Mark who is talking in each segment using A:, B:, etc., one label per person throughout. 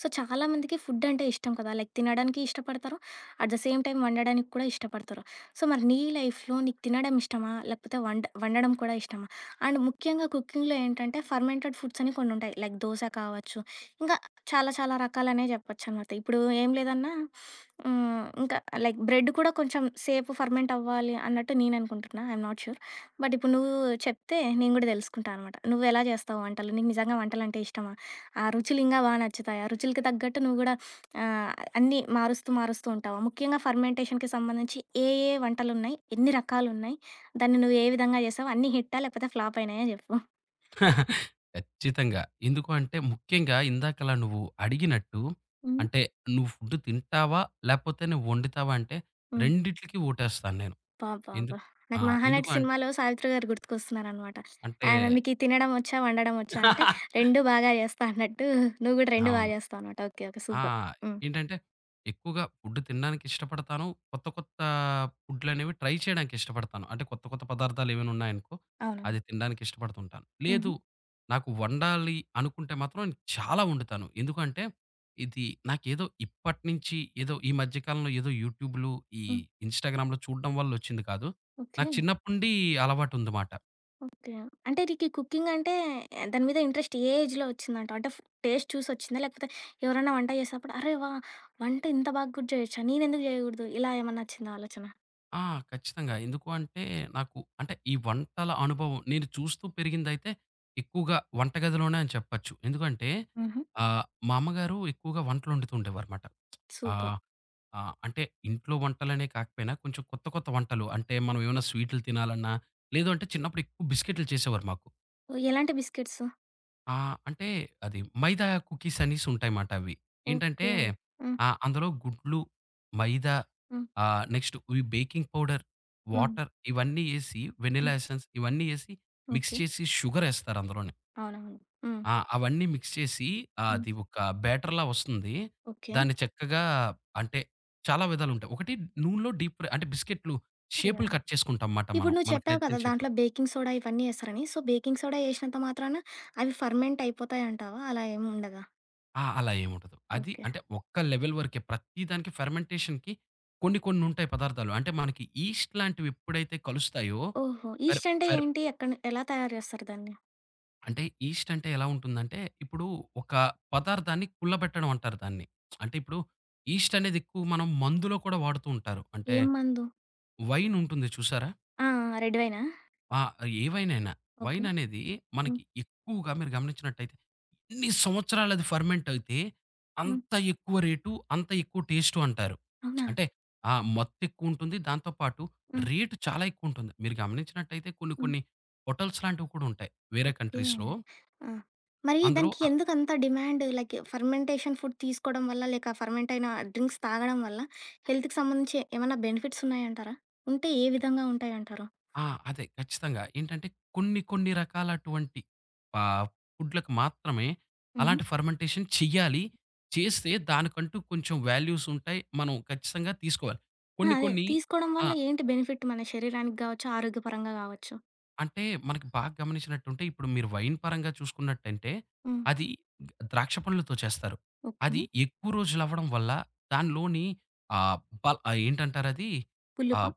A: So చాలామందికి food అంటే ఇష్టం కదా, లైక్ తినడానికి ఇష్టపడతారు. అట్ ద సేమ్ టైం వండడానికి కూడా ఇష్టపడతారు. సో మరి నీ లైఫ్లో నీకు తినడం ఇష్టమా, లేకపోతే వండడం కూడా ఇష్టమా? అండ్ ముఖ్యంగా కుకింగ్లో ఏంటంటే ఫర్మెంటెడ్ ఫుడ్స్ అని కొన్ని ఉంటాయి, లైక్ దోశ కావచ్చు, ఇంకా చాలా చాలా రకాలనే చెప్పొచ్చు అనమాట. ఇప్పుడు ఏం లేదన్నా ఇంకా లైక్ బ్రెడ్ కూడా కొంచెం సేపు ఫర్మెంట్ అవ్వాలి అన్నట్టు నేను అనుకుంటున్నా, ఐఎమ్ నాట్ షూర్. బట్ ఇప్పుడు నువ్వు చెప్తే నేను కూడా తెలుసుకుంటాను అనమాట. నువ్వు ఎలా చేస్తావు వంటలు? నీకు నిజంగా వంటలు అంటే ఇష్టమా? ఆ రుచులు ఇంకా బాగా నచ్చుతాయి. ఆ రుచులకి తగ్గట్టు నువ్వు గూడా ఆహ్, అన్నీ మారుస్తూ, మారుస్తూ ఉంటావా? ముఖ్యంగా ఫర్మెంటేషన్‌కి సంబంధించి ఏ వంటలున్నాయి? ఎన్ని రకాలున్నాయి? దాన్ని నువ్వు ఏ విధంగా చేసావు? అన్నీ హిట్టా? లేకపోతే ఫ్లాప్ అయినాయా జెప్పు?
B: ఖచ్చితంగా. ఎందుకు అంటే ముఖ్యంగా ఇందాకలా నువ్వు అడిగినట్టు
A: హ్మ్.
B: అంటే నువ్వు ఫుడ్ తింటావా? లేపోతే నువ్వు వండుతావా? అంటే
A: హ్మ్.
B: రెండిట్లికి ఓటేస్తాను నేను.
A: అబ్బబ్బబ్బా!
B: ఎందుకు ఆ!
A: నాకు
B: ఎందుకు
A: 'మహానటి'
B: అన్
A: సినిమాలో సావిత్రి గారు గుర్తుకొస్తున్నారనమాట.
B: అంటే
A: ఆమె "మీకీ తినడం వచ్చా? వండడం వచ్చా?" అంటే "2 బాగా చేస్తా" అన్నట్టు నువ్వు గూడా 2 బాగా
B: అవును.
A: చేస్తావనమాట. ఓకే. ఓకే.
B: ఆ!
A: సూపర్. హ్మ్.
B: ఏంటంటే ఎక్కువగా ఫుడ్ తినడానికి ఇష్టపడతాను. కొత్త కొత్త ఫుడ్‌లనేవి ట్రై చేయడానికి ఇష్టపడతాను. అంటే కొత్త కొత్త పదార్థాలేమైనా ఉన్నాయనుకో,
A: అవునవును.
B: అది తినడానికి ఇష్టపడుతుంటాను.
A: హుహు.
B: లేదు, నాకు వండాలి అనుకుంటే మాత్రం నేను చాలా వండుతాను. ఎందుకంటే ఇది నాకేదో ఇప్పటినుంచి ఏదో ఈ మధ్య కాలంలో ఏదో యూట్యూబ్‌లు, ఈ
A: హ్మ్.
B: ఇన్‌స్టాగ్రామ్‌లో చూడడం వల్ల వచ్చింది కాదు.
A: ఓకే.
B: నాకు చిన్నప్పటి నుండి అలవాటుందమాట.
A: ఓకే. అంటే నీకీ కుకింగంటే దాని మీద ఇంట్రెస్ట్ ఏ ఏజ్‌లో ఒచ్చిందంటావు? అంటే ఫ్- టేస్ట్ చూసొచ్చిందా? లేకపోతే ఎవరైనా వంట చేసినప్పుడు అరే! వా! వంట ఇంత బాగా కూడా చేయొచ్చా? నేనెందుకు చేయగూడదు? ఇలా ఏమన్నా ఒచ్చిందా ఆలోచన?
B: ఆ! ఖచ్చితంగా. ఎందుకు అంటే నాకు అంటే ఈ వంటల అనుభవం నేను చూస్తూ పెరిగిందైతే ఎక్కువగా వంటగదిలోనే అని చెప్పచ్చు. ఎందుకంటే
A: హుహు.
B: మా అమ్మగారు ఎక్కువగా వంటలొండుతూ ఉండేవారుమాట.
A: సూపర్.
B: ఆహ్, ఆహ్, అంటే ఇంట్లో వంటలనే కాకపోయినా కొంచెం కొత్త కొత్త వంటలు అంటే మనం ఏమైనా స్వీటులు తినాలన్నా లేదు అంటే చిన్నప్పుడు ఎక్కువ బిస్కెట్‌లు చేసేవారు మాకు.
A: ఎలాంటి బిస్కెట్స్?
B: ఆ! అంటే అది మైదా కుకీస్ అనేసి ఉంటాయన్నమాట అవి. ఏంటంటే
A: ఓకే. హ్మ్.
B: అందులో గుడ్లు, మైదా,
A: హ్మ్.
B: నెక్స్ట్ ఈ బేకింగ్ పౌడర్,
A: హ్మ్.
B: వాటర్ ఇవన్నీ ఏసి వెనిల్లా
A: హ్మ్.
B: ఎసెన్స్ ఇవన్నీ ఏసి మిక్స్
A: ఓకే.
B: చేసి షుగర్ ఏస్తారు అందులోనే.
A: అవునవును. హ్మ్.
B: అవన్నీ మిక్స్ చేసి
A: హ్మ్.
B: అది ఒక బ్యాటర్‌లా వస్తుంది.
A: ఓకే.
B: దాన్ని చక్కగా అంటే చాలా విధాలుంటాయి. ఒకటి నూనెలో డీప్ ఫ్రై అంటే బిస్కెట్‌లు షేపులు
A: యాహ్!
B: కట్ చేసుకుంటాం మాట
A: ఇప్పుడు
B: మనం.
A: నువ్వు
B: మనకు
A: చెప్పావు
B: నచ్చిన
A: కదా,
B: షేప్.
A: దాంట్లో బేకింగ్ సోడా ఇవన్నీ ఏస్తారని. సో, బేకింగ్ సోడా ఏసినంత మాత్రాన అవి ఫర్మెంట్ అయిపోతాయంటావా? అలా ఏమి ఉండదా?
B: అలా ఏముండదు. అది
A: ఓకే.
B: అంటే ఒక్క లెవెల్ వరకే. ప్రతి దానికి ఫెర్మెంటేషన్‌కి కొన్ని కొన్ని ఉంటాయి పదార్థాలు. అంటే మనకి ఈస్ట్ లాంటివి ఎప్పుడైతే కలుస్తాయో
A: ఓహో!
B: ఫెర్
A: ఈస్ట్ అంటే
B: ఫెర్
A: ఏంటి? ఎక్కడన్- ఎలా తయారు చేస్తారు దాన్ని?
B: అంటే ఈస్ట్ అంటే ఎలా ఉంటుందంటే, ఇప్పుడు ఒక పదార్థాన్ని కుల్లబెట్టడం అంటారు దాన్ని. అంటే ఇప్పుడు ఈస్ట్ అనేది ఎక్కువ మనం మందులో కూడా వాడుతూ ఉంటారు. అంటే
A: ఏం మందు?
B: వైన్ ఉంటుంది చూసారా?
A: ఆ! ఆ! రెడ్ వైనా?
B: ఆ! ఏ వైన్ అయినా.
A: ఓకే.
B: వైన్ అనేది
A: హ్మ్.
B: మనకి ఎక్కువగా మీరు గమనించినట్టయితే ఇన్ని సంవత్సరాలది ఫర్మెంట్ అయితే,
A: హ్మ్.
B: అంత ఎక్కువ రేటు, అంత ఎక్కువ టేస్టు అంటారు.
A: అవునా?
B: అంటే ఆ మత్తెక్కువుంటుంది. దాంతో పాటు
A: హ్మ్.
B: రేటు చాలా ఎక్కువుంటుంది. మీరు గమనించినట్టయితే కొన్ని
A: హ్మ్.
B: కొన్ని హోటల్స్ లాంటివి కూడా ఉంటాయి వేరే
A: ఓకే.
B: కంట్రీస్‌లో.
A: ఆ! మరి
B: అందులో
A: దానికి
B: అ
A: ఎందుకంత డిమాండ్? లైక్ ఫర్మెంటేషన్ ఫుడ్ తీసుకోవడం వల్ల, లేక ఫర్మెంట్ అయిన డ్రింక్స్ తాగడం వల్ల హెల్త్‌కి సంబంధించి ఏమన్నా బెనిఫిట్స్ ఉన్నాయంటారా? ఉంటే ఏ విధంగా ఉంటాయంటారు?
B: ఆ! అదే ఖచ్చితంగా. ఏంటంటే కొన్ని కొన్ని రకాలటువంటి ఆహ్, ఫుడ్‌లకు మాత్రమే
A: హుహు.
B: అలాంటి ఫర్మెంటేషన్ చెయ్యాలి. చేస్తే దానికంటూ కొంచెం వాల్యూసుంటాయి. మనం ఖచ్చితంగా తీసుకోవాలి.
A: ఆ!
B: కొన్ని
A: అదే
B: కొన్ని
A: తీసుకోవడం
B: ఆ!
A: వల్ల ఏంటి బెనిఫిట్ మన శరీరానికి గావచ్చు, ఆరోగ్యపరంగా గావచ్చు?
B: అంటే మనకి బాగా గమనించినట్టుంటే, ఇప్పుడు మీరు వైన్ పరంగా చూసుకున్నట్టంటే,
A: హ్మ్.
B: అది ద్రాక్ష పండ్లతో చేస్తారు.
A: ఓకే.
B: అది ఎక్కువ రోజులవ్వడం వల్ల దానిలోని ఆహ్, ఏంటంటారది?
A: పులుపా?
B: ఆహ్,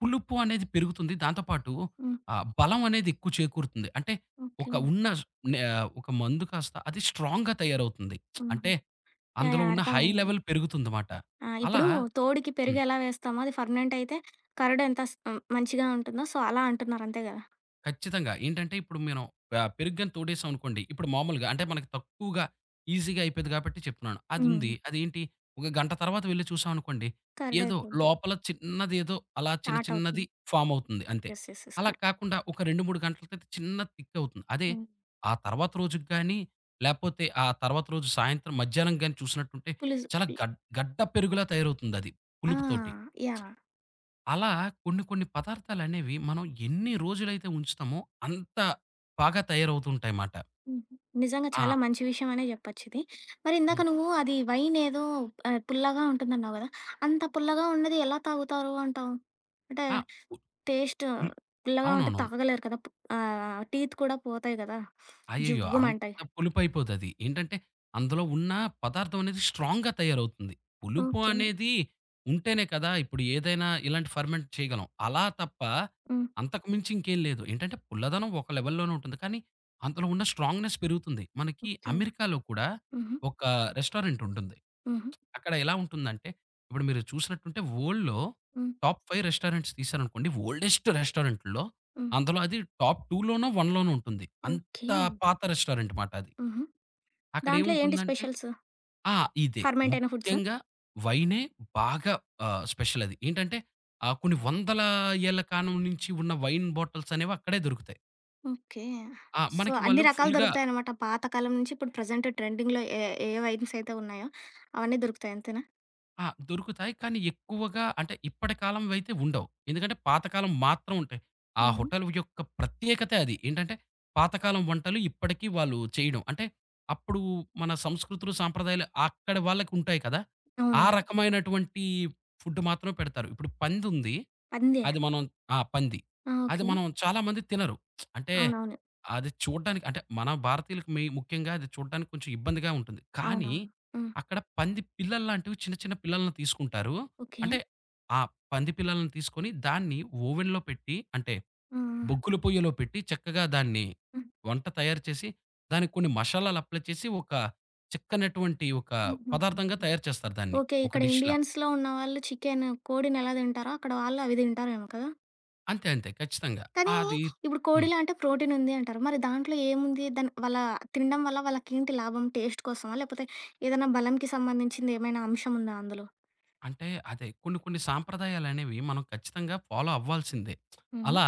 B: పులుపు అనేది పెరుగుతుంది. దాంతో పాటు
A: హ్మ్.
B: బలం అనేది ఎక్కువ చేకూరుతుంది. అంటే
A: ఓకే.
B: ఒక ఉన్న నే ఒక మందు కాస్త అది స్ట్రాంగ్‌గా తయారవుతుంది.
A: హుహు.
B: అంటే
A: యాహ్!
B: అందులో
A: యాహ్!
B: ఉన్న హై
A: అర్థమైంది.
B: లెవెల్ పెరుగుతుందమాట.
A: ఆ!
B: అలా
A: ఇప్పుడు తోడుకి
B: హ్మ్.
A: పెరుగు ఎలా వేస్తామో అది ఫెర్మెంట్ అయితే కర్డ్ ఎంత స్- హ్మ్, మంచిగా ఉంటుందో, సో, అలా అంటున్నారు అంతే గదా?
B: ఖచ్చితంగా. ఏంటంటే ఇప్పుడు మనం పెరుగు గాని తోడేసాం అనుకోండి. ఇప్పుడు మామూలుగా అంటే మనకు తక్కువగా ఈజీగా అయిపోయేది కాబట్టి చెప్తున్నాను.
A: హ్మ్.
B: అదుంది. అదేంటి ఒక గంట తర్వాత వెళ్లి చూసామనుకోండి.
A: కర్డ్
B: ఏదో
A: అయిపోద్ది.
B: లోపల చిన్నదేదో అలా చిన్న
A: స్టార్ట్
B: చిన్నది
A: అవుతుంది.
B: ఫార్మ్ అవుతుంది అంతే.
A: యెస్. యెస్. యెస్.
B: అలా
A: కరెక్ట్.
B: కాకుండా ఒక 2, 3 గంటలకైతే చిన్న థిక్ అవుతుంది. అదే
A: హ్మ్.
B: ఆ తర్వాత రోజుకి గాని, లేపోతే ఆ తర్వాత రోజు సాయంత్రం మధ్యాహ్నం గాని చూసినట్టుంటే
A: పులుసు
B: చాలా
A: పి-
B: గడ్డ పెరుగులా తయారవుతుందది
A: ఆ!
B: పులుపుతోటి.
A: యాహ్!
B: అలా కొన్ని కొన్ని పదార్థాలనేవి మనం ఎన్ని రోజులైతే ఉంచుతామో అంత బాగా తయారవుతుంటాయిమాట.
A: హుహు. నిజంగా
B: ఆ!
A: చాలా మంచి విషయం అనే జెప్పొచ్చిది. మరి ఇందాక
B: హ్మ్.
A: నువ్వు అది వైన్ ఏదో పుల్లగా ఉంటుందన్నావు గదా! అంత పుల్లగా ఉన్నది ఎలా తాగుతారు అంటావు? అంటే
B: ఆ! ఉ
A: టేస్ట్
B: ఉల్
A: పుల్లగా ఉంటే
B: అవునవునవును.
A: తాగలేరు కదా! టీత్ కూడా పోతాయి గదా!
B: అయ్యయ్యో!
A: జువ్వుమంటాయి.
B: అంత పులుపయిపోతది. ఏంటంటే, అందులో ఉన్న పదార్థం అనేది స్ట్రాంగ్‌గా తయారవుతుంది. పులుపు
A: ఓకే.
B: అనేది ఉంటేనే కదా! ఇప్పుడు ఏదైనా ఇలాంటి ఫర్మెంట్ చేయగలం. అలా తప్ప
A: హ్మ్.
B: అంతకు మించి ఇంకేం లేదు. ఏంటంటే, పుల్లదనం ఒక లెవెల్‌లోనే ఉంటుంది. కానీ అందులో ఉన్న స్ట్రాంగ్‌నెస్ పెరుగుతుంది. మనకి
A: ఓకే.
B: అమెరికాలో కూడా
A: హుహు.
B: ఒక రెస్టారెంట్ ఉంటుంది.
A: హుహు.
B: అక్కడ ఎలా ఉంటుందంటే, ఇప్పుడు మీరు చూసినట్టుంటే వరల్డ్‌లో
A: హ్మ్.
B: టాప్ 5 రెస్టారెంట్స్ తీశారనుకోండి, ఓల్డెస్ట్ రెస్టారెంట్‌లో
A: హ్మ్.
B: అందులో అది టాప్ 2 లోనో, 1 లోనో ఉంటుంది.
A: ఓకే.
B: అంత పాత రెస్టారెంట్ మాట అది.
A: హుహు. దాంట్లో ఏంటి
B: అక్కడేముంటుందంటే
A: స్పెషల్స్?
B: ఆ! ఇదే.
A: ఫర్మెంట్ అయిన ఫుడ్సా?
B: ముఖ్యంగా వైనే బాగా స్పెషల్ అది. ఏంటంటే కొన్ని వందల ఏళ్ల కాలం నుంచి ఉన్న వైన్ బాటిల్స్ అనేవి అక్కడే దొరుకుతాయి.
A: ఓకే. సో,
B: మనకి
A: అన్ని
B: వాళ్ళు
A: రకాలు
B: ఫుల్‌గా
A: దొరుకుతాయనమాట. పాతకాలం నుంచి ఇప్పుడు ప్రెజెంట్ ట్రెండింగ్‌లో ఏ ఏ వైన్స్ అయితే ఉన్నాయో అవన్నీ దొరుకుతాయి అంతేనా?
B: దొరుకుతాయి. కానీ ఎక్కువగా అంటే ఇప్పటి కాలంవయితే ఉండవు. ఎందుకంటే పాతకాలం మాత్రం ఉంటాయి. ఆ
A: హుహు.
B: హోటల్ యొక్క ప్రత్యేకతే అది. ఏంటంటే పాతకాలం వంటలు ఇప్పటికి వాళ్ళు చేయడం. అంటే అప్పుడు మన సంస్కృతులు, సాంప్రదాయాలు అక్కడి వాళ్ళకుంటాయి కదా! ఆ
A: అవునవును.
B: రకమైనటువంటి ఫుడ్ మాత్రమే పెడతారు. ఇప్పుడు పందుంది.
A: పందియా?
B: అది మనం పంది.
A: ఆ!
B: అది
A: ఓకే.
B: మనం చాలామంది తినరు. అంటే
A: అవునవును.
B: అది చూడడానికి అంటే మన భారతీయులకి ముఖ్యంగా అది చూడడానికి కొంచెం ఇబ్బందిగా ఉంటుంది. కానీ
A: అవునవును. హ్మ్.
B: అక్కడ పంది పిల్లల్లాంటివి చిన్న చిన్న పిల్లల్ని తీసుకుంటారు.
A: ఓకే.
B: అంటే, ఆ పంది పిల్లల్ని తీసుకొని దాన్ని ఓవెన్‌లో పెట్టి అంటే,
A: ఆ!
B: బొగ్గుల పొయ్యలో పెట్టి చక్కగా దాన్ని
A: ఆ! హ్మ్.
B: వంట తయారు చేసి, దానికి కొన్ని మషాలాలు అప్లై చేసి ఒక చిక్కనటువంటి ఒక
A: హుహు.
B: పదార్థంగా తయారు చేస్తారు దాన్ని.
A: ఓకే.
B: ఒక
A: ఇక్కడ
B: డిష్‌లా.
A: ఇండియన్స్‌లో ఉన్నవాళ్ళు చికెను, కోడినెలా తింటారో అక్కడ వాళ్ళు అవి తింటారేమో కదా!
B: అంతే. అంతే. ఖచ్చితంగా.
A: కానీ
B: అది
A: ఇప్పుడు
B: హ్మ్.
A: కోడిలో అంటే ప్రోటీన్ ఉంది అంటారు. మరి దాంట్లో ఏముంది? దాని వాళ్ళ తినడం వల్ల వాళ్ళకేంటి లాభం? టేస్ట్ కోసమా? లేకపోతే ఏదైనా బలంకి సంబంధించింది ఏమైనా అంశం ఉందా అందులో?
B: అంటే అదే కొన్ని కొన్ని సాంప్రదాయాలనేవి మనం ఖచ్చితంగా ఫాలో అవ్వాల్సిందే.
A: హ్మ్.
B: అలా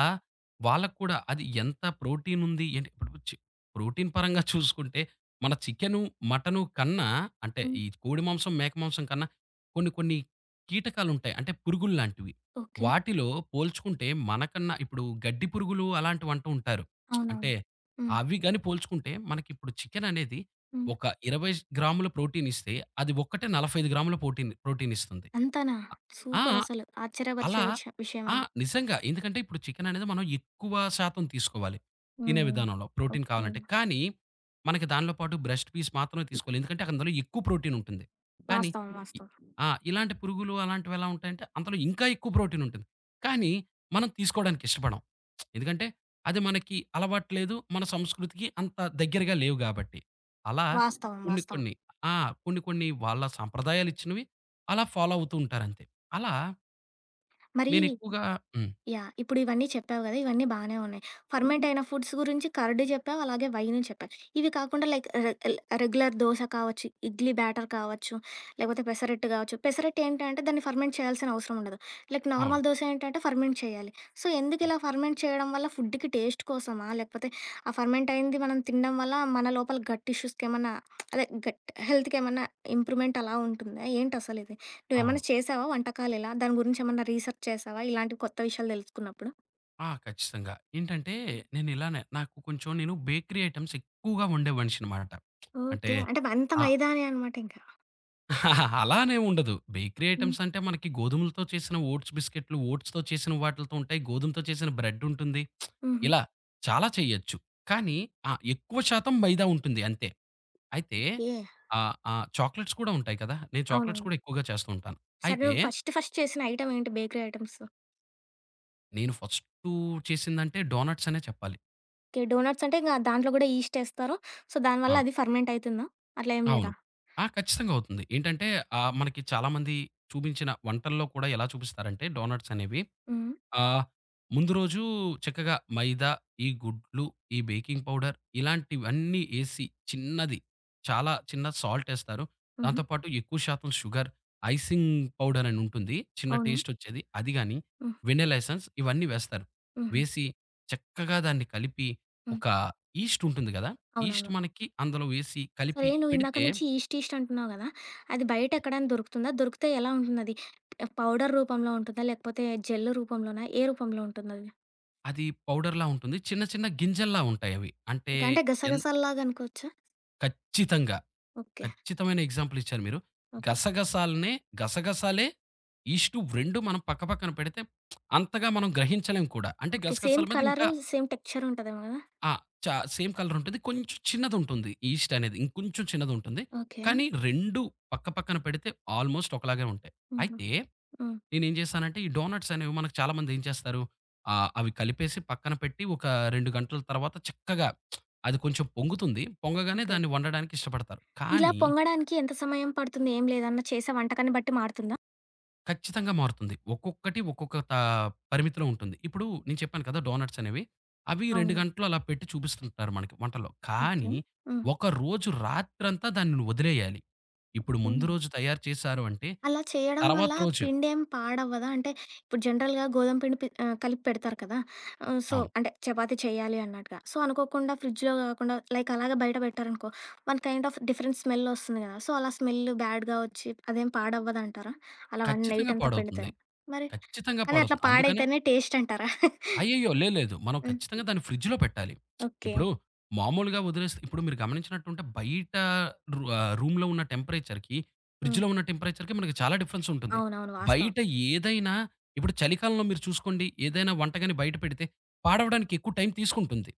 B: వాళ్ళకి కూడా అది ఎంత ప్రోటీన్ ఉంది ఏంటి ఇప్పుడు ప్రోటీన్ పరంగా చూసుకుంటే మన చికెను, మటను కన్నా అంటే
A: హ్మ్.
B: ఈ కోడి మాంసం, మేక మాంసం కన్నా కొన్ని కొన్ని కీటకాలుంటాయి. అంటే పురుగుల్లాంటివి.
A: ఓకే.
B: వాటిలో పోల్చుకుంటే మనకన్నా ఇప్పుడు గడ్డి పురుగులు అలాంటివంటూ ఉంటారు. అంటే
A: అవునవును. హ్మ్.
B: అవి గాని పోల్చుకుంటే మనకిప్పుడు చికెననేది
A: హ్మ్.
B: ఒక 20 గ్రాముల ప్రోటీన్ ఇస్తే, అది ఒక్కటే 45 గ్రాముల ప్రోటీన్ ఇస్తుంది.
A: అంతేనా?
B: ఆ!
A: సూపర్ అసలు. ఆశ్చర్యపరిచే
B: అలా
A: విషయం
B: ఆ!
A: అది.
B: నిజంగా. ఎందుకంటే ఇప్పుడు చికెన్ అనేది మనం ఎక్కువ శాతం తీసుకోవాలి. తినే
A: హ్మ్.
B: విధానంలో ప్రోటీన్
A: ఓకే.
B: కావాలంటే. కానీ, మనకి దానిలో పాటు బ్రెస్ట్ పీస్ మాత్రమే తీసుకోవాలి. ఎందుకంటే అందులో ఎక్కువ ప్రోటీన్ ఉంటుంది. కానీ
A: వాస్తవం.
B: ఇ
A: వాస్తవం.
B: ఆ! ఇలాంటి పురుగులు అలాంటివి ఎలా ఉంటాయంటే అందులో ఇంకా ఎక్కువ ప్రోటీన్ ఉంటుంది. కానీ మనం తీసుకోవడానికి ఇష్టపడం. ఎందుకంటే అది మనకి అలవాటు లేదు. మన సంస్కృతికి అంత దగ్గరగా లేవు కాబట్టి. అలా
A: వాస్తవం.
B: కొన్ని
A: వాస్తవం.
B: కొన్ని ఆ! కొన్ని కొన్ని వాళ్ళ సంప్రదాయాలిచ్చినవి అలా ఫాలో అవుతూ ఉంటారంతే. అలా
A: మరి
B: నేనెక్కువగా హ్మ్.
A: యాహ్! ఇప్పుడు ఇవన్నీ చెప్పావు గదా! ఇవన్నీ బానే ఉన్నాయి. ఫర్మెంట్ అయిన ఫుడ్స్ గురించి కర్డ్ చెప్పావు, అలాగే వైను చెప్పావు. ఇవి కాకుండా లైక్ రె- ఎల్- రెగ్యులర్ దోస కావచ్చు, ఇడ్లీ బ్యాటర్ కావచ్చు, లేకపోతే పెసరట్టు కావచ్చు. పెసరట్టు ఏంటంటే దాన్ని ఫర్మెంట్ చేయాల్సిన అవసరం ఉండదు. లైక్
B: అవును.
A: నార్మల్ దోస ఏంటంటే ఫర్మెంట్ చేయాలి. సో, ఎందుకు ఇలా ఫర్మెంట్ చేయడం వల్ల ఫుడ్‌కి టేస్ట్ కోసమా? లేకపోతే ఆ ఫర్మెంట్ అయింది మనం తినడం వల్ల మన లోపల గట్ ఇష్యూస్‌కేమన్నా, అదే గట్ హెల్త్‌కేమన్నా ఇంప్రూవ్‌మెంట్ అలా ఉంటుందా? ఏంటసలిది?
B: అవును.
A: నువ్వేమన్నా చేసావా వంటకాలిలా? దాని గురించేమన్నా రీసెర్చ్ చేసావా? ఇలాంటి కొత్త విషయాలు తెలుసుకున్నప్పుడు?
B: ఖచ్చితంగా. ఏంటంటే నేనిలానే నాకు కొంచెం నేను బేకరీ ఐటెమ్స్ ఎక్కువగా వండే మనిషినమాట. అంటే
A: ఓకే. అంటే అంత
B: ఆ!
A: మైదానే అనమాట ఇంకా.
B: అలా అనేం ఉండదు. బేకరీ
A: హ్మ్.
B: ఐటెమ్స్ అంటే మనకి గోధుమలతో చేసిన ఓట్స్ బిస్కెట్‌లు, ఓట్స్‌తో చేసిన వాటిలతో ఉంటాయి. గోధుమతో చేసిన బ్రెడ్ ఉంటుంది.
A: హుహు.
B: ఇలా చాలా చేయొచ్చు. కానీ ఎక్కువ శాతం మైదా ఉంటుంది అంతే. అయితే
A: ఏ-
B: ఆ చాక్లేట్స్ కూడా ఉంటాయి కదా! నేను చాక్లేట్స్
A: అవునవును.
B: కూడా ఎక్కువగా చేస్తూ ఉంటాను.
A: సరే
B: అయితే
A: నువ్వు ఫస్ట్ ఫస్ట్ చేసిన ఐటెమ్ ఏంటి బేకరీ ఐటెమ్స్?
B: నేను ఫస్టు చేసిందంటే డోనట్స్ అనే చెప్పాలి.
A: ఓకే. డోనట్స్ అంటే ఇంగ దాంట్లో గూడా ఈస్ట్ ఏస్తారు. సో,
B: ఆ!
A: దానివల్ల అది ఫర్మెంట్ అయితుందా? అట్లా ఏం
B: అవును.
A: లేదా?
B: ఖచ్చితంగా అవుతుంది. ఏంటంటే మనకి చాలామంది చూపించిన వంటల్లో కూడా ఎలా చూపిస్తారంటే డోనట్స్ అనేవి
A: హ్మ్.
B: ఆహ్, ముందు రోజు చక్కగా మైదా, ఈ గుడ్లు, ఈ బేకింగ్ పౌడర్ ఇలాంటివన్నీ ఏసి చిన్నది, చాలా చిన్న సాల్టేస్తారు.
A: హుహు.
B: దాంతో పాటు ఎక్కువ శాతం షుగర్, ఐసింగ్ పౌడర్ అని ఉంటుంది. చిన్న
A: అవును.
B: టేస్టొచ్చేది. అది గాని,
A: హ్మ్.
B: వెనిల్లా ఎసెన్స్ ఇవన్నీ వేస్తారు.
A: హుహు.
B: వేసి చక్కగా దాన్ని కలిపి
A: హ్మ్.
B: ఒక ఈస్ట్ ఉంటుంది గదా! ఈస్ట్
A: అవునవును.
B: మనకి అందులో వేసి
A: సరే
B: కలిపి
A: నువ్వు ఇందాక
B: పెడితే
A: నుంచి ఈస్ట్ ఈస్ట్ అంటున్నావు గదా! అది బయట ఎక్కడైనా దొరుకుతుందా? దొరికితే ఎలా ఉంటుందది? పౌడర్ రూపంలో ఉంటుందా? లేకపోతే జెల్ రూపంలోనా? ఏ రూపంలో ఉంటుందది?
B: అది పౌడర్‌లా ఉంటుంది. చిన్న చిన్న గింజల్లా ఉంటాయవి. అంటే
A: ఓకే. అంటే
B: ఎన్
A: గసగసాల్లాగా అనుకోవచ్చా?
B: ఖచ్చితంగా.
A: ఓకే.
B: ఖచ్చితమైన ఎగ్జాంపుల్ ఇచ్చారు మీరు.
A: ఓకే.
B: గసగసాలనే గసగసాలే, ఈస్టు రెండు మనం పక్కపక్కన పెడితే అంతగా మనం గ్రహించలేం కూడా. అంటే
A: ఓకే.
B: గసగసాల
A: సేమ్
B: మీద ఇంకా
A: కలరు, సేమ్ టెక్స్చర్ ఉంటదేమో గదా!
B: ఆ! చా సేమ్ కలర్ ఉంటుంది. కొంచెం చిన్నదుంటుంది. ఈస్ట్ అనేది ఇంకొంచెం చిన్నదుంటుంది.
A: ఓకే.
B: కానీ 2 పక్క పక్కన పెడితే ఆల్‌మోస్ట్ ఒకలాగే ఉంటాయి.
A: హుహు.
B: అయితే
A: హ్మ్.
B: నేనేం చేశానంటే ఈ డోనట్స్ అనేవి మనకు చాలామంది ఏం చేస్తారు అవి కలిపేసి పక్కన పెట్టి ఒక 2 గంటల తర్వాత చక్కగా అది కొంచెం పొంగుతుంది. పొంగగానే
A: ఓకే.
B: దాన్ని వండడానికి ఇష్టపడతారు.
A: ఇలా
B: కానీ
A: పొంగడానికి ఎంత సమయం పడుతుంది? ఏం లేదన్నా చేసే వంటకాన్ని బట్టి మారుతుందా?
B: ఖచ్చితంగా మారుతుంది. ఒక్కొక్కటి ఒక్కొక్క పరిమితిలో ఉంటుంది. ఇప్పుడు నేను చెప్పాను కదా! డోనట్స్ అనేవి. అవి 2
A: అవును.
B: గంటలు అలా పెట్టి చూపిస్తుంటారు మనకి వంటల్లో.
A: ఓకే.
B: కానీ
A: హ్మ్.
B: ఒక రోజు రాత్రంతా దాన్ని వదిలేయాలి. ఇప్పుడు
A: ఓకే.
B: ముందు రోజు తయారు చేశారు అంటే
A: అలా చేయడం
B: తర్వాత
A: వల్ల
B: రోజు
A: పిండేం పాడవ్వదా? అంటే ఇప్పుడు జనరల్‌గా గోధుమ పిండి పి- కలిపి పెడతారు కదా! సో,
B: అవును.
A: అంటే చపాతీ చేయాలి అన్నట్టుగా. సో, అనుకోకుండా ఫ్రిడ్జ్‌లో కాకుండా లైక్ అలాగే బయట పెట్టారనుకో, one kind of different smell వస్తుంది కదా! సో, అలా స్మెల్ బ్యాడ్‌గా వచ్చి అదేం పాడవ్వదంటారా? అలా వన్
B: ఖచ్చితంగా
A: నైట్ అంతా పెడితే.
B: పాడవుతుంది.
A: మరి
B: ఖచ్చితంగా
A: కానీ అట్లా
B: పాడవుతుంది. అందుకనే
A: పాడైతేనే టేస్ట్ అంటారా?
B: అయ్యయ్యో! లేదు లేదు. మనం ఖచ్చితంగా
A: హ్మ్.
B: దాన్ని ఫ్రిడ్జ్‌లో పెట్టాలి.
A: ఓకే.
B: ఇప్పుడు మామూలుగా వదిలేస్తే ఇప్పుడు మీరు గమనించినట్టుంటే బయట రూమ్‌లో ఉన్న టెంపరేచర్‌కి,
A: హ్మ్.
B: ఫ్రిడ్జ్‌లో ఉన్న టెంపరేచర్‌కి మనకి చాలా డిఫరెన్స్ ఉంటుంది.
A: అవునవును. వాస్తవం.
B: బయట ఏదైనా ఇప్పుడు చలికాలంలో మీరు చూసుకోండి ఏదైనా వంటకాని బయట పెడితే పాడవడానికి ఎక్కువ టైం తీసుకుంటుంది.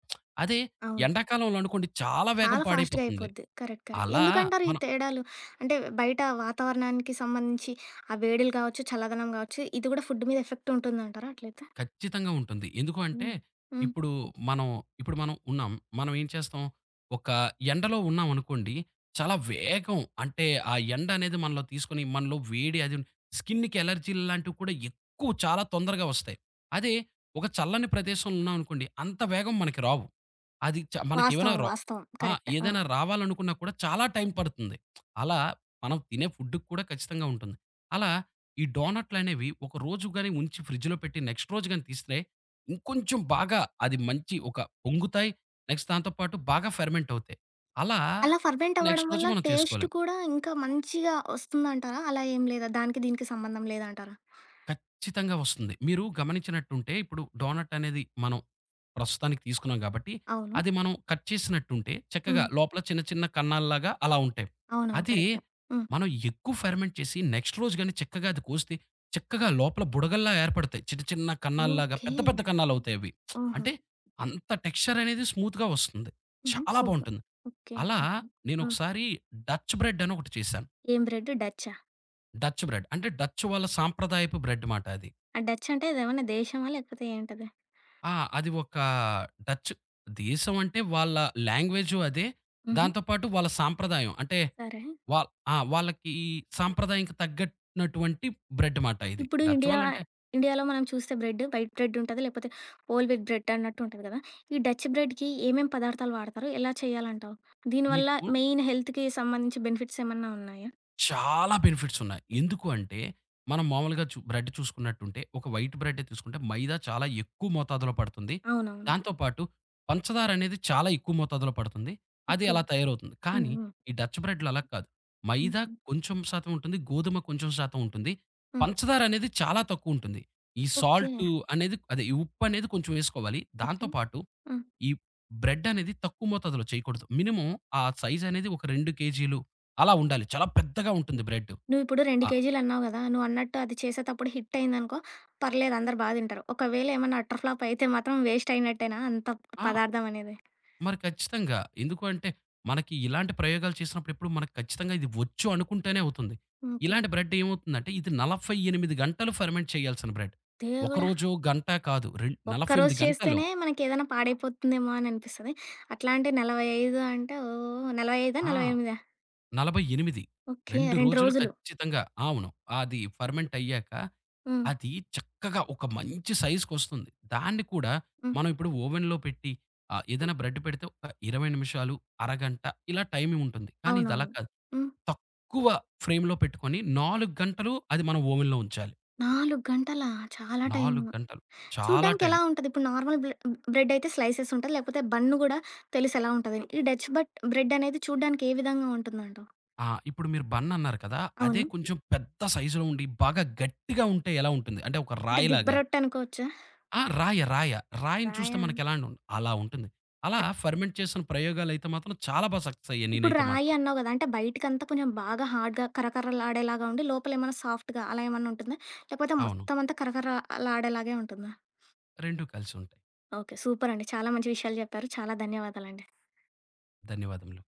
B: అదే
A: అవును.
B: ఎండాకాలంలో అనుకోండి చాలా వేగం
A: చాలా ఫాస్ట్‌గా
B: పాడైపోతుంది.
A: అయిపోద్ది. కరెక్ట్. కరెక్ట్.
B: అలా
A: ఎందుకంటారు ఈ
B: మనం
A: తేడాలు? అంటే బయట వాతావరణానికి సంబంధించి ఆ వేడిలు గావచ్చు, చల్లదనం గావచ్చు, ఇది కూడా ఫుడ్ మీద ఎఫెక్ట్ ఉంటుందంటారా అట్లయితే?
B: ఖచ్చితంగా ఉంటుంది. ఎందుకు అంటే,
A: హ్మ్. హ్మ్.
B: ఇప్పుడు మనం ఇప్పుడు మనం ఉన్నాం. మనం ఏం చేస్తాం, ఒక ఎండలో ఉన్నామనుకోండి, చాలా వేగం అంటే, ఆ ఎండ అనేది మనలో తీసుకొని, మనలో వేడి అది స్కిన్‌కి ఎలర్జీలు లాంటివి కూడా ఎక్కువ చాలా తొందరగా వస్తాయి. అదే ఒక చల్లని ప్రదేశంలో ఉన్నామనుకోండి, అంత వేగం మనకి రావు. అది చ మనకేమైనా
A: వాస్తవం.
B: ర
A: వాస్తవం.
B: ఆ!
A: కరెక్ట్. ఆ!
B: ఏదైనా రావాలనుకున్నా కూడా చాలా టైం పడుతుంది. అలా మనం తినే ఫుడ్‌కి కూడా ఖచ్చితంగా ఉంటుంది. అలా ఈ డోనట్లనేవి ఒక రోజు గాని ఉంచి ఫ్రిడ్జ్‌లో పెట్టి నెక్స్ట్ రోజు గాని తీస్తే, ఇంకొంచెం బాగా అది మంచి ఒక పొంగుతాయి. నెక్స్ట్ దాంతో పాటు బాగా ఫెర్మెంట్ అవుతాయి. అలా
A: అలా ఫర్మెంట్ అవ్వడం
B: నెక్స్ట్ రోజు
A: వల్ల
B: మనం
A: టేస్ట్
B: చేసుకోలేం.
A: కూడా ఇంకా మంచిగా వస్తుందంటారా? అలా ఏం లేదా? దానికి దీనికి సంబంధం లేదంటారా?
B: ఖచ్చితంగా వస్తుంది. మీరు గమనించినట్టుంటే ఇప్పుడు డోనట్ అనేది మనం ప్రస్తుతానికి తీసుకున్నాం కాబట్టి,
A: అవును.
B: అది మనం కట్ చేసినట్టుంటే చక్కగా
A: హ్మ్.
B: లోపల చిన్న చిన్న కన్నాల్లాగా అలా ఉంటాయి.
A: అవునవును.
B: అదే
A: కరెక్ట్. హ్మ్.
B: మనం ఎక్కువ ఫెర్మెంట్ చేసి నెక్స్ట్ రోజు గాని చక్కగా అది కోస్తే చక్కగా లోపల బుడగల్లా ఏర్పడతాయి. చిన్న చిన్న కన్నాల్లాగా
A: ఓకే.
B: పెద్ద పెద్ద కన్నాలవుతాయి అవి.
A: ఓహో!
B: అంటే అంత టెక్స్చర్ అనేది స్మూత్‌గా వస్తుంది.
A: హుహు.
B: చాలా
A: సూపర్.
B: బావుంటుంది.
A: ఓకే.
B: అలా
A: హ్మ్.
B: నేనొకసారి డచ్ బ్రెడ్ అని ఒకటి చేశాను.
A: ఏం బ్రెడ్? డచ్చా?
B: డచ్ బ్రెడ్ అంటే డచ్ వాళ్ళ సాంప్రదాయపు బ్రెడ్ మాట అది.
A: ఆ డచ్ అంటే అదేమన్నా దేశమా? లేకపోతే ఏంటది?
B: ఆ! అది ఒక డచ్ దేశం అంటే వాళ్ళ లాంగ్వేజు అదే.
A: హుహు.
B: దాంతో పాటు వాళ్ళ సాంప్రదాయం. అంటే
A: సరే.
B: వాళ్ ఆ! వాళ్ళకి సాంప్రదాయంకి తగ్గట్నటువంటి బ్రెడ్ మాట ఇది.
A: ఇప్పుడు
B: డచ్
A: ఇండియా
B: వాళ్ళంటే
A: ఇండియాలో మనం చూస్తే బ్రెడ్ వైట్ బ్రెడ్ ఉంటది. లేకపోతే హోల్ వీట్ బ్రెడ్ అన్నట్టు ఉంటది కదా! ఈ డచ్ బ్రెడ్‌కి ఏమేం పదార్థాలు వాడతారు? ఎలా చేయాలంటావు? దీనివల్ల
B: మీకు
A: మెయిన్ హెల్త్‌కి సంబంధించి బెనిఫిట్స్ ఏమన్నా ఉన్నాయా?
B: చాలా బెనిఫిట్స్ ఉన్నాయి. ఎందుకు అంటే, మనం మామూలుగా బ్రెడ్ చూసుకున్నట్టుంటే, ఒక వైట్ బ్రెడ్డే తీసుకుంటే మైదా చాలా ఎక్కువ మోతాదులో పడుతుంది.
A: అవునవును.
B: దాంతో పాటు పంచదారనేది చాలా ఎక్కువ మోతాదులో పడుతుంది. అది
A: ఓకే.
B: అలా తయారవుతుంది.
A: హ్మ్.
B: కానీ,
A: హ్మ్.
B: ఈ డచ్ బ్రెడ్‌లు అలా కాదు. మైదా
A: హుహు.
B: కొంచెం శాతం ఉంటుంది. గోధుమ కొంచెం శాతం ఉంటుంది.
A: హ్మ్.
B: పంచదారనేది చాలా తక్కువుంటుంది. ఈ
A: ఓకే.
B: సాల్టు అనేది అదే ఈ ఉప్పనేది కొంచెం వేసుకోవాలి.
A: ఓకే.
B: దాంతో పాటు
A: హ్మ్.
B: ఈ బ్రెడ్ అనేది తక్కువ మోతాదులో చేయకూడదు. మినిమమ్ ఆ సైజ్ అనేది ఒక 2 కేజీలు అలా ఉండాలి. చాలా పెద్దగా ఉంటుంది బ్రెడ్.
A: నువ్విప్పుడు 2
B: ఆ!
A: కేజీలు అన్నావు గదా! నువ్వన్నట్టు అది చేసేతప్పుడు హిట్ అయిందనుకో పర్లేదు అందరూ బా తింటారు. ఒకవేళ ఏమన్నా అటర్ ఫ్లాప్ అయితే మాత్రం వేస్ట్ అయినట్టేనా అంత
B: ఆ!
A: పదార్థం అనేది?
B: మరి ఖచ్చితంగా. ఎందుకు అంటే మనకి ఇలాంటి ప్రయోగాలు చేసినప్పుడు ఎప్పుడు మనకు ఖచ్చితంగా ఇది వచ్చు అనుకుంటేనే అవుతుంది.
A: ఓకే.
B: ఇలాంటి బ్రెడ్ ఏమవుతుందంటే ఇది 48 గంటలు ఫెర్మెంట్ చేయాల్సిన బ్రెడ్.
A: దేవుడా!
B: ఒకరోజు గంట కాదు 48
A: ఒక్కరోజు
B: గంటలు.
A: చేస్తేనే మనకేదైనా పాడైపోతుందేమో అని అనిపిస్తది. అట్లా అంటే 45 అంటే ఓహ్! 45,
B: ఆ!
A: 48.
B: 48.
A: ఓకే.
B: 2
A: 2
B: రోజులు ఓకే.
A: రోజులు.
B: ఖచ్చితంగా. అవును. అది ఫర్మెంట్ అయ్యాక,
A: హ్మ్.
B: అది చక్కగా ఒక మంచి సైజ్‌కొస్తుంది. దాన్ని కూడా
A: హ్మ్.
B: మనం ఇప్పుడు ఓవెన్‌లో పెట్టి ఏదైనా బ్రెడ్ పెడితే ఒక 20 నిమిషాలు, అరగంట ఇలా టైమ్ ఉంటుంది. కానీ ఇది అలా
A: అవునవును.
B: కాదు.
A: హ్మ్.
B: తక్కువ ఫ్రేమ్‌లో పెట్టుకొని 4 గంటలు అది మనం ఓవెన్‌లో ఉంచాలి.
A: 4 గంటలా? చాలా టైము.
B: 4 గంటలు చాలా
A: చూడ్డానికి
B: టైం.
A: ఎలా ఉంటది? ఇప్పుడు నార్మల్ బ్లె- బ్రెడ్ అయితే స్లైసెస్ ఉంటది. లేకపోతే బన్ గూడా తెలుసు ఎలా ఉంటది. ఈ డచ్ బట్- బ్రెడ్ అనేది చూడ్డానికి ఏ విధంగా ఉంటుందంటావు?
B: ఇప్పుడు మీరు బన్ అన్నారు కదా! అదే
A: అవును.
B: కొంచెం పెద్ద సైజ్‌లో ఉండి బాగా గట్టిగా ఉంటే ఎలా ఉంటుంది? అంటే ఒక
A: అంటే దిబ్బ
B: రాయిలాగా.
A: రొట్టె అనుకోవచ్చా?
B: ఆ! రాయ, రాయ. రాయని చూస్తే
A: రాయా?
B: మనకెలా అండి అలా ఉంటుంది. అలా ఫెర్మెంట్ చేసిన ప్రయోగాలైతే మాత్రం చాలా సక్సెస్ అయ్యాయి
A: ఇప్పుడు
B: నేనైతే
A: రాయి
B: మాత్రం.
A: అన్నావు గదా! అంటే బయటికంతా కొంచెం బాగా హార్డ్‌గా కరకరలాడేలాగా ఉండి, లోపలేమన్నా సాఫ్ట్‌గా అలా ఏమన్నా ఉంటుందా? లేకపోతే
B: అవును.
A: మొత్తం అంతా కరకరలాడేలాగే ఉంటుందా?
B: 2 కలిసుంటాయి.
A: ఓకే. సూపరండి. చాలా మంచి విషయాలు జెప్పారు. చాలా ధన్యవాదాలండి.
B: ధన్యవాదములు.